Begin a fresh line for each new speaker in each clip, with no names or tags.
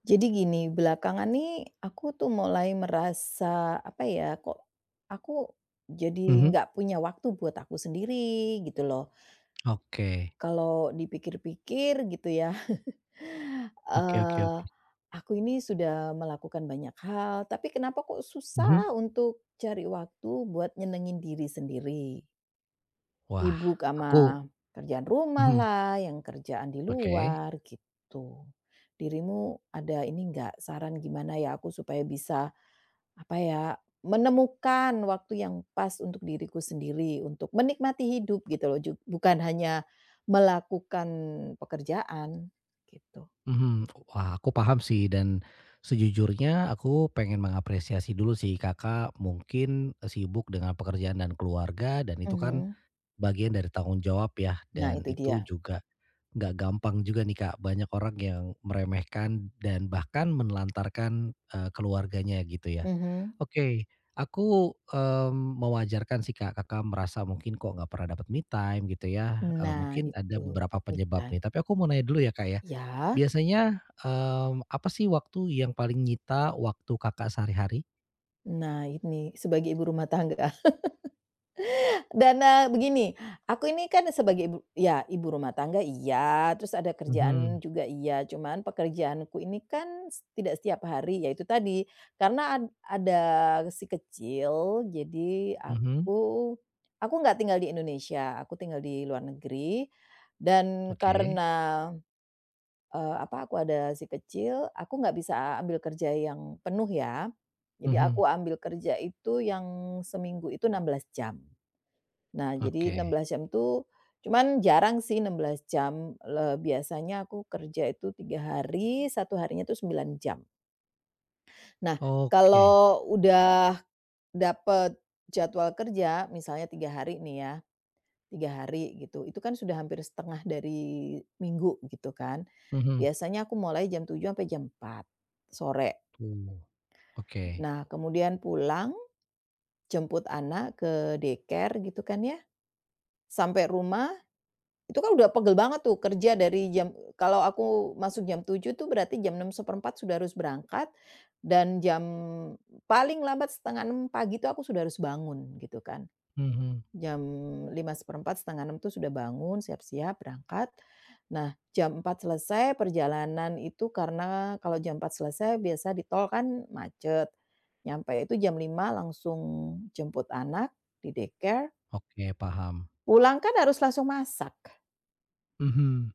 Jadi gini, belakangan nih aku tuh mulai merasa, apa ya, kok aku jadi
Mhm,
nggak punya waktu buat aku sendiri gitu loh.
oke.
Kalau dipikir-pikir gitu ya,
Oke oke
eee,
oke.
aku ini sudah melakukan banyak hal, tapi kenapa kok
Mhm.
susah untuk cari waktu buat nyenengin diri sendiri.
Wah,
Sibuk sama
aku
kerjaan rumah
mhm,
lah, yang kerjaan di
oke.
luar gitu. Dirimu ada ini nggak saran gimana ya aku supaya bisa, apa ya, menemukan waktu yang pas untuk diriku sendiri, untuk menikmati hidup gitu loh, bukan hanya melakukan pekerjaan, gitu.
Mhm. Wah, aku paham sih dan sejujurnya aku pengen mengapresiasi dulu sih Kakak mungkin sibuk dengan pekerjaan dan keluarga dan itu kan
Mhm.
bagian dari tanggung jawab ya
Nah
dan
itu
itu
dia.
juga nggak gampang juga nih Kak, banyak orang yang meremehkan dan bahkan menelantarkan, keluarganya gitu ya.
Mhm.
Oke, aku, mewajarkan sih, Kak, Kakak merasa mungkin kok nggak pernah dapat me time gitu ya,
Nah
mungkin ada
itu,
beberapa
me
penyebab
time.
nih. Tapi aku mau nanya dulu ya, Kak, ya.
Ya,
Biasanya, apa sih waktu yang paling nyita waktu Kakak sehari-hari?
nah ini sebagai ibu rumah tangga. Dan, begini, aku ini kan sebagai ibu ya ibu rumah tangga iya, terus ada kerjaan
Mhm,
juga iya, cuman pekerjaanku ini kan tidak setiap hari, yaitu tadi, karena ada si kecil, jadi
mhm,
aku nggak tinggal di Indonesia, aku tinggal di luar negeri dan
oke,
karena, aku ada si kecil, aku nggak bisa ambil kerja yang penuh ya. Jadi
mhm,
aku ambil kerja itu yang seminggu itu 16 jam. Nah, jadi enam
oke,
belas jam tuh cuman jarang sih 16 jam, biasanya aku kerja itu 3 hari, satu harinya tuh 9 jam. Nah,
oke,
kalau udah dapet jadwal kerja, misalnya 3 hari nih ya, 3 hari gitu, itu kan sudah hampir setengah dari minggu gitu kan.
mhm,
Biasanya aku mulai jam 7 sampai jam 4 sore.
tuh, oke,
Nah, kemudian pulang, jemput anak ke daycare gitu kan ya, sampai rumah. Itu kan udah pegel banget tuh kerja dari jam kalau aku masuk jam 7 tuh berarti jam 6.15 sudah harus berangkat dan jam paling lambat setengah enam pagi itu aku sudah harus bangun gitu kan.
mhm,
jam 5.15 setengah enam tuh sudah bangun, siap-siap berangkat. Nah jam 4 selesai perjalanan itu karena kalau jam 4 selesai biasa di tol kan macet. Nyampe itu jam 5 langsung jemput anak di daycare,
oke paham,
pulang kan harus langsung masak.
mhm,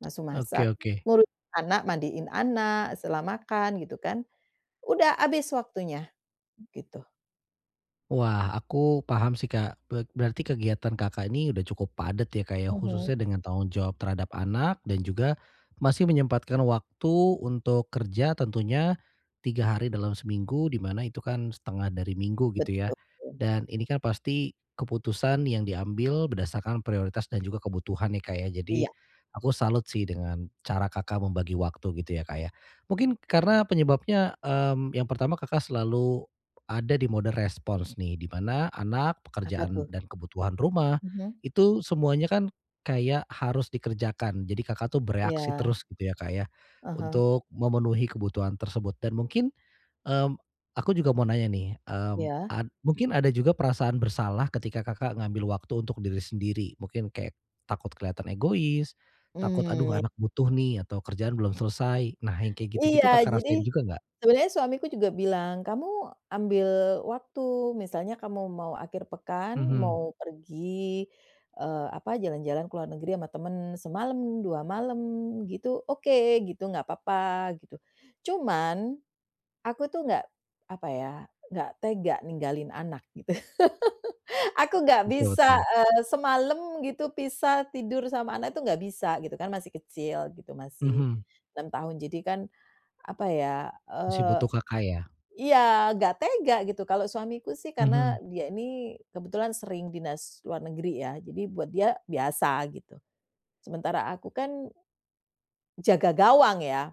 Langsung
oke
masak,
oke.
ngurus anak, mandiin anak, setelah makan gitu kan, udah habis waktunya gitu.
Wah, aku paham sih, Kak. Berarti kegiatan Kakak ini udah cukup padat ya, Kak, ya,
Mhm.
khususnya dengan tanggung jawab terhadap anak dan juga masih menyempatkan waktu untuk kerja tentunya 3 hari dalam seminggu, di mana itu kan setengah dari minggu gitu ya.
Betul,
Dan ini kan pasti keputusan yang diambil berdasarkan prioritas dan juga kebutuhan ya, Kak, ya.
iya,
Jadi aku salut sih dengan cara Kakak membagi waktu gitu ya, Kak, ya. Mungkin karena penyebabnya, yang pertama Kakak selalu ada di mode respons nih, di mana anak,
apa
pekerjaan,
tuh?
dan kebutuhan rumah,
Mhm.
itu semuanya kan kayak harus dikerjakan. Jadi Kakak tuh bereaksi
Iya,
terus gitu ya Kak ya,
ah hah,
untuk memenuhi kebutuhan tersebut dan mungkin, mmm, aku juga mau nanya nih, mmm,
iya,
ad mungkin ada juga perasaan bersalah ketika Kakak ngambil waktu untuk diri sendiri, mungkin kayak takut kelihatan egois, takut, "Aduh
mmm,
anak butuh nih," atau "Kerjaan belum selesai." Nah yang kayak
iya
gitu-gitu Kakak
jadi
rasain juga nggak?
sebenarnya suamiku juga bilang, "Kamu ambil waktu, misalnya kamu mau akhir pekan,
Mhm,
mau pergi, jalan-jalan ke luar negeri sama temen semalam, 2 malam gitu, oke gitu, nggak apa-apa," gitu. Cuman aku tuh nggak, apa ya, nggak tega ninggalin anak gitu. Aku nggak
betul
bisa,
betul.
semalam gitu pisah tidur sama anak itu nggak bisa gitu kan, masih kecil gitu, masih
Mhm.
6 tahun. Jadi kan, apa ya,
Masih butuh Kakak ya?
iya, nggak tega gitu. Kalau suamiku sih karena
Mhm,
dia ini kebetulan sering dinas luar negeri ya, jadi buat dia biasa gitu. Sementara aku kan jaga gawang ya.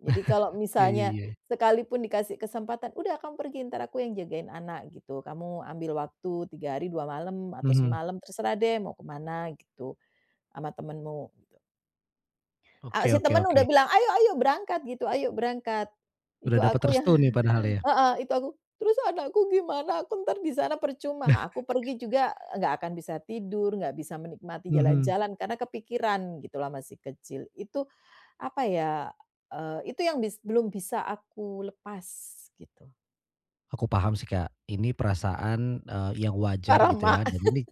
Jadi kalau
iya iya
misalnya
iya.
sekalipun dikasih kesempatan, "Udah kamu pergi, ntar aku yang jagain anak," gitu. "Kamu ambil waktu 3 hari 2 malam atau
Mhm,
semalam, terserah deh mau kemana gitu, sama temenmu."
oke
Si
oke
temen
oke.
udah bilang, "Ayo ayo berangkat," gitu, "Ayo berangkat."
Udah
Itu
dapat
aku yang
restu nih padahal ya?
heeh, itu aku, "Terus anakku gimana? Aku ntar di sana percuma, aku pergi juga nggak akan bisa tidur, nggak bisa menikmati
Mhm.
jalan-jalan karena kepikiran gitu loh masih kecil." Itu apa ya, itu yang belum bisa aku lepas gitu.
Aku paham sih Kak, ini perasaan, yang wajar gitu
Parahma
ya dan ini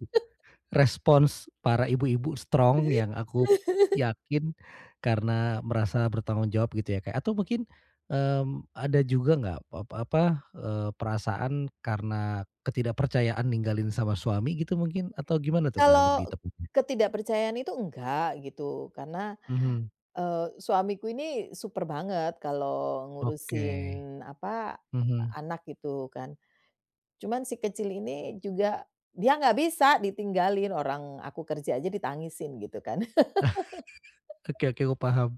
respons para ibu-ibu strong yang aku yakin karena merasa bertanggung jawab gitu ya Kak, atau mungkin, mmm, ada juga nggak apa, perasaan karena ketidakpercayaan ninggalin sama suami gitu mungkin? Atau gimana tuh Kak
kalau
lebih tepatnya?
ketidakpercayaan itu enggak gitu, karena,
Mhm,
suamiku ini super banget kalau
oke.
ngurusin apa,
Mhm.
anak gitu kan. Cuman si kecil ini juga dia nggak bisa ditinggalin, orang aku kerja aja ditangisin gitu kan.
Oke oke aku paham.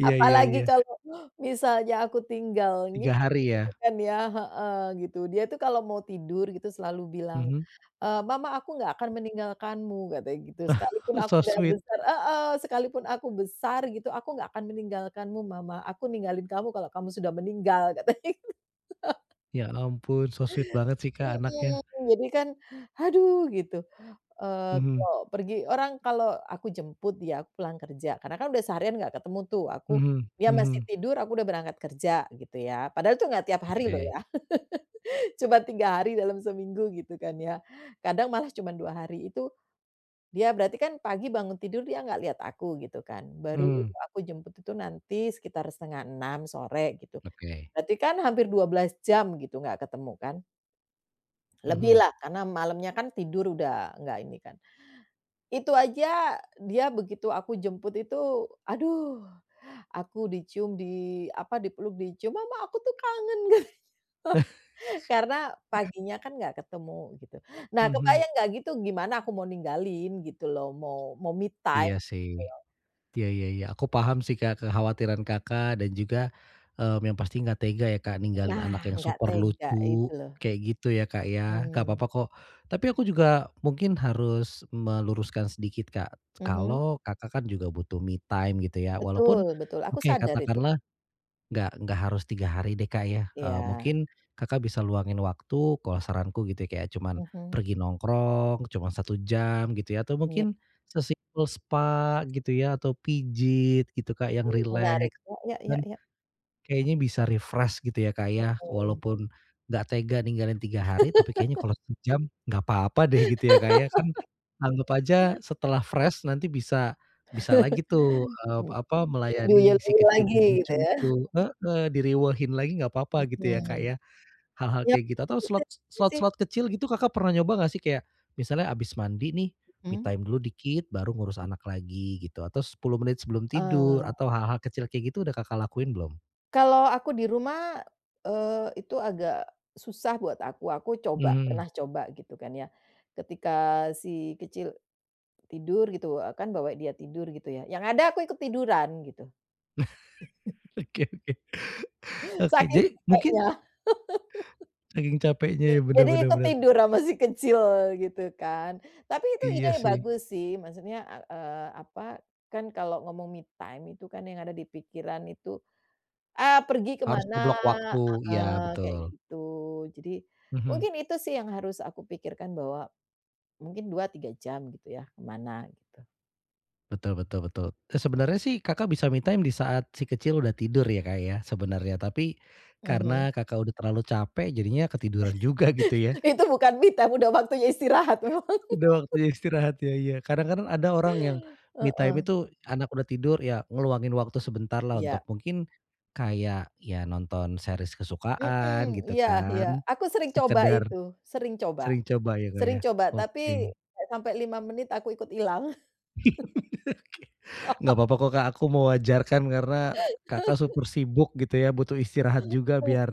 Iya iya
Apalagi
iya.
kalau misalnya aku tinggal
tiga
nginep
hari
gitu
ya?
kan ya heeh, gitu. Dia tuh kalau mau tidur gitu selalu bilang,
Mhm.
"Mama aku nggak akan meninggalkanmu," katanya gitu, "sekalipun
Oh,
aku
so
udah
sweet.
besar" heeh, "sekalipun aku besar gitu, aku nggak akan meninggalkanmu mama, aku ninggalin kamu kalau kamu sudah meninggal," katanya.
Ya ampun so sweet banget sih Kak anaknya.
Mhm, jadi kan, aduh gitu,
Mhm,
kalau pergi orang kalau aku jemput dia, aku pulang kerja, karena kan udah seharian nggak ketemu tuh, aku
mhm,
dia masih
mhm.
tidur, aku udah berangkat kerja gitu ya, padahal itu nggak tiap hari loh
Oke.
ya, cuma 3 hari dalam seminggu gitu kan ya, kadang malah cuman 2 hari, itu dia berarti kan pagi bangun tidur dia nggak lihat aku gitu kan, baru
Mhm.
aku jemput itu nanti sekitar setengah enam sore gitu,
Oke.
berarti kan hampir 12 jam gitu nggak ketemu kan lebih
Mhm.
lah karena malamnya kan tidur udah nggak ini kan. Itu aja dia begitu aku jemput itu, aduh, aku dicium, dipeluk, dicium, "Mama, aku tuh kangen," gitu. Karena paginya kan nggak ketemu gitu. Nah,
Mhm.
kebayang nggak gitu gimana aku mau ninggalin gitu loh, mau mau me
Iya
time
sih.
gitu loh.
Iya iya iya, aku paham sih, Kak, kekhawatiran Kakak dan juga, yang pasti nggak tega ya, Kak, ninggalin
Nah,
anak yang
nggak
super
tega itu
lucu
loh.
kayak gitu ya, Kak, ya. Nggak
Mmm,
apa-apa kok. Tapi aku juga mungkin harus meluruskan sedikit, Kak.
mhm.
Kalau Kakak kan juga butuh me time gitu ya, walaupun
Betul betul, aku
oke
sadar itu.
katakanlah nggak harus 3 hari deh, Kak, ya,
Iya,
mungkin Kakak bisa luangin waktu kalau saranku gitu ya, kayak cuman
mhm,
pergi nongkrong cuman 1 jam gitu ya, atau
iya,
mungkin sesimpel spa gitu ya, atau pijit gitu, Kak, yang
Hmm, menarik.
rileks.
Ya ya ya ya,
Kayaknya bisa refresh gitu ya, Kak, ya,
mmm,
walaupun nggak tega ninggalin 3 hari, tapi kayaknya kalau sejam nggak apa-apa deh gitu ya, Kak, ya. Kan anggap aja setelah fresh nanti bisa bisa lagi tuh,
mhm.
melayani si
Diulang-ulang
kecil
lagi
yang lucu
gitu ya,
itu heeh, direwehin lagi nggak apa-apa gitu ya, Kak,
mhm.
ya, hal-hal
Yap.
kayak gitu atau slot
sih.
slot-slot kecil gitu Kakak pernah nyoba nggak sih? Kayak misalnya habis mandi nih, me
Mhm.
time dulu dikit baru ngurus anak lagi gitu, atau 10 menit sebelum tidur
Eee,
atau hal-hal kecil kayak gitu udah Kakak lakuin belum?
kalau aku di rumah, itu agak susah buat aku coba,
Mhm.
pernah coba gitu kan ya. Ketika si kecil tidur gitu, kan bawa dia tidur gitu ya, yang ada aku ikut tiduran gitu,
Oke oke. Oke,
saking
jadi mungkin
capeknya.
saking capeknya ya, bener
Jadi
bener
ikut
bener.
tidur sama si kecil gitu kan. Tapi itu ide
Iya sih.
bagus sih, maksudnya, kan kalau ngomong me time itu kan yang ada di pikiran itu ah pergi
Harus
kemana
ngeblok waktu, iya
heeh, kayak
betul.
gitu. Jadi,
Mhm.
mungkin itu sih yang harus aku pikirkan bahwa mungkin 2-3 jam gitu ya, ke mana gitu.
Betul betul betul. Sebenarnya sih Kakak bisa me time di saat si kecil udah tidur ya, Kak, ya sebenarnya, tapi
Mhm.
karena Kakak udah terlalu capek jadinya ketiduran juga gitu ya.
Itu bukan me time, udah waktunya istirahat memang.
Udah waktunya istirahat ya, iya. Kadang-kadang ada orang yang me time
Heeh,
itu anak udah tidur ya ngeluangin waktu sebentar lah untuk
iya.
mungkin kayak ya nonton series kesukaan
Mhm,
gitu
iya iya.
kan,
Aku sering coba
sekedar
itu, sering coba
sering coba ya, Kak,
sering
ya?
coba, tapi
Oke.
nggak sampai 5 menit aku ikut ilang.
Nggak apa-apa kok, Kak, aku mewajarkan karena Kakak super sibuk gitu ya, butuh istirahat juga biar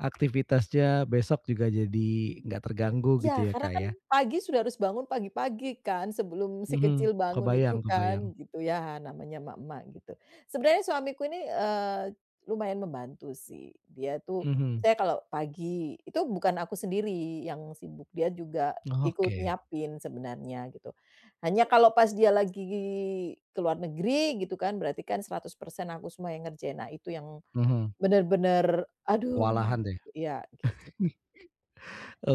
aktivitasnya besok juga jadi nggak terganggu gitu
Iya,
ya,
karena
Kak,
kan
ya?
pagi sudah harus bangun pagi-pagi kan, sebelum si
Mhm,
kecil bangun itu
kebayang kebayang.
kan, gitu ya, namanya emak-emak gitu. Sebenarnya suamiku ini, lumayan membantu sih. Dia tuh
Mhm,
saya kalau pagi itu bukan aku sendiri yang sibuk, dia juga ikut
oke.
nyiapin sebenarnya gitu. Hanya kalau pas dia lagi ke luar negeri gitu kan, berarti kan 100% aku semua yang ngerjain. Nah, itu yang
Mhm,
bener-bener aduh,
kewalahan deh.
iya kayak gitu.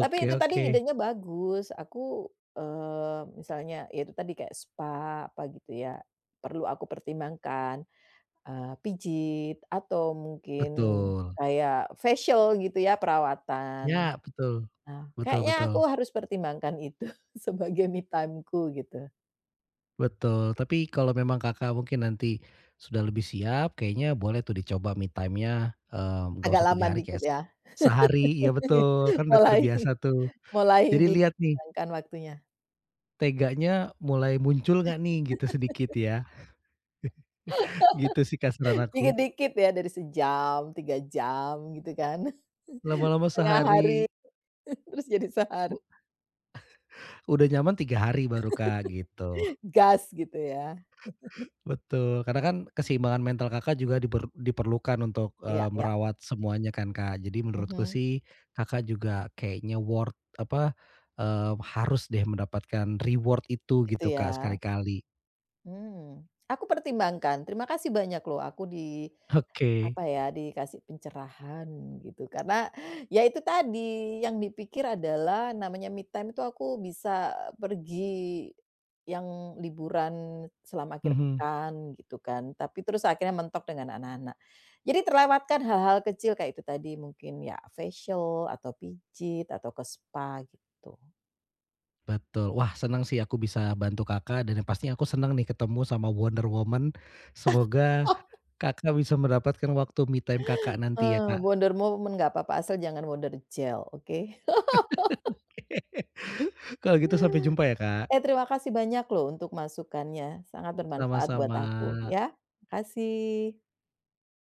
Tapi itu tadi
oke,
idenya bagus. Aku, misalnya ya itu tadi kayak spa apa gitu ya, perlu aku pertimbangkan, pijit atau mungkin
betul.
kayak facial gitu ya,
Ya,
perawatan.
betul.
Nah,
Betul
kayaknya
betul.
aku harus pertimbangkan itu sebagai me time-ku gitu.
Betul, tapi kalau memang Kakak mungkin nanti sudah lebih siap, kayaknya boleh tuh dicoba me time-nya, nggak
Agak
usah 3
lama
hari
dikit
kayak
ya.
sehari, ya betul, kan udah
Mulai
terbiasa tuh.
mulai
Jadi lihat nih,
dikurangkan waktunya.
teganya mulai muncul nggak nih gitu sedikit ya, gitu sih Kak aku.
Dikit-dikit ya dari sejam, 3 jam gitu kan.
Lama-lama
Setengah
sehari,
hari. Terus jadi sehari
u udah nyaman 3 hari baru Kak, gitu.
gas gitu ya?
Betul, karena kan keseimbangan mental Kakak juga diperlukan untuk,
Iya iya,
merawat semuanya kan, Kak. Jadi menurutku
mhm,
sih Kakak juga kayaknya worth apa, harus deh mendapatkan reward itu
gitu
gitu, Kak,
ya?
sekali-kali.
Mmm, aku pertimbangkan. Terima kasih banyak loh aku di
Oke,
Apa ya, dikasih pencerahan gitu karena ya itu tadi yang dipikir adalah namanya me time itu aku bisa pergi yang liburan selama akhir
mhm,
pekan gitu kan, tapi terus akhirnya mentok dengan anak-anak. Jadi terlewatkan hal-hal kecil kayak itu tadi mungkin ya facial atau pijit atau ke spa gitu.
betul. Wah, senang sih aku bisa bantu Kakak dan yang pastinya aku senang nih ketemu sama Wonder Woman. Semoga Kakak bisa mendapatkan waktu me time Kakak nanti ya,
Heeh,
Kak.
Wonder Moment nggak apa-apa asal jangan Wonder Gel, oke?
Kalau gitu sampai jumpa ya, Kak.
Eh, terima kasih banyak loh untuk masukannya, sangat bermanfaat buat
Sama-sama.
aku ya. Makasih.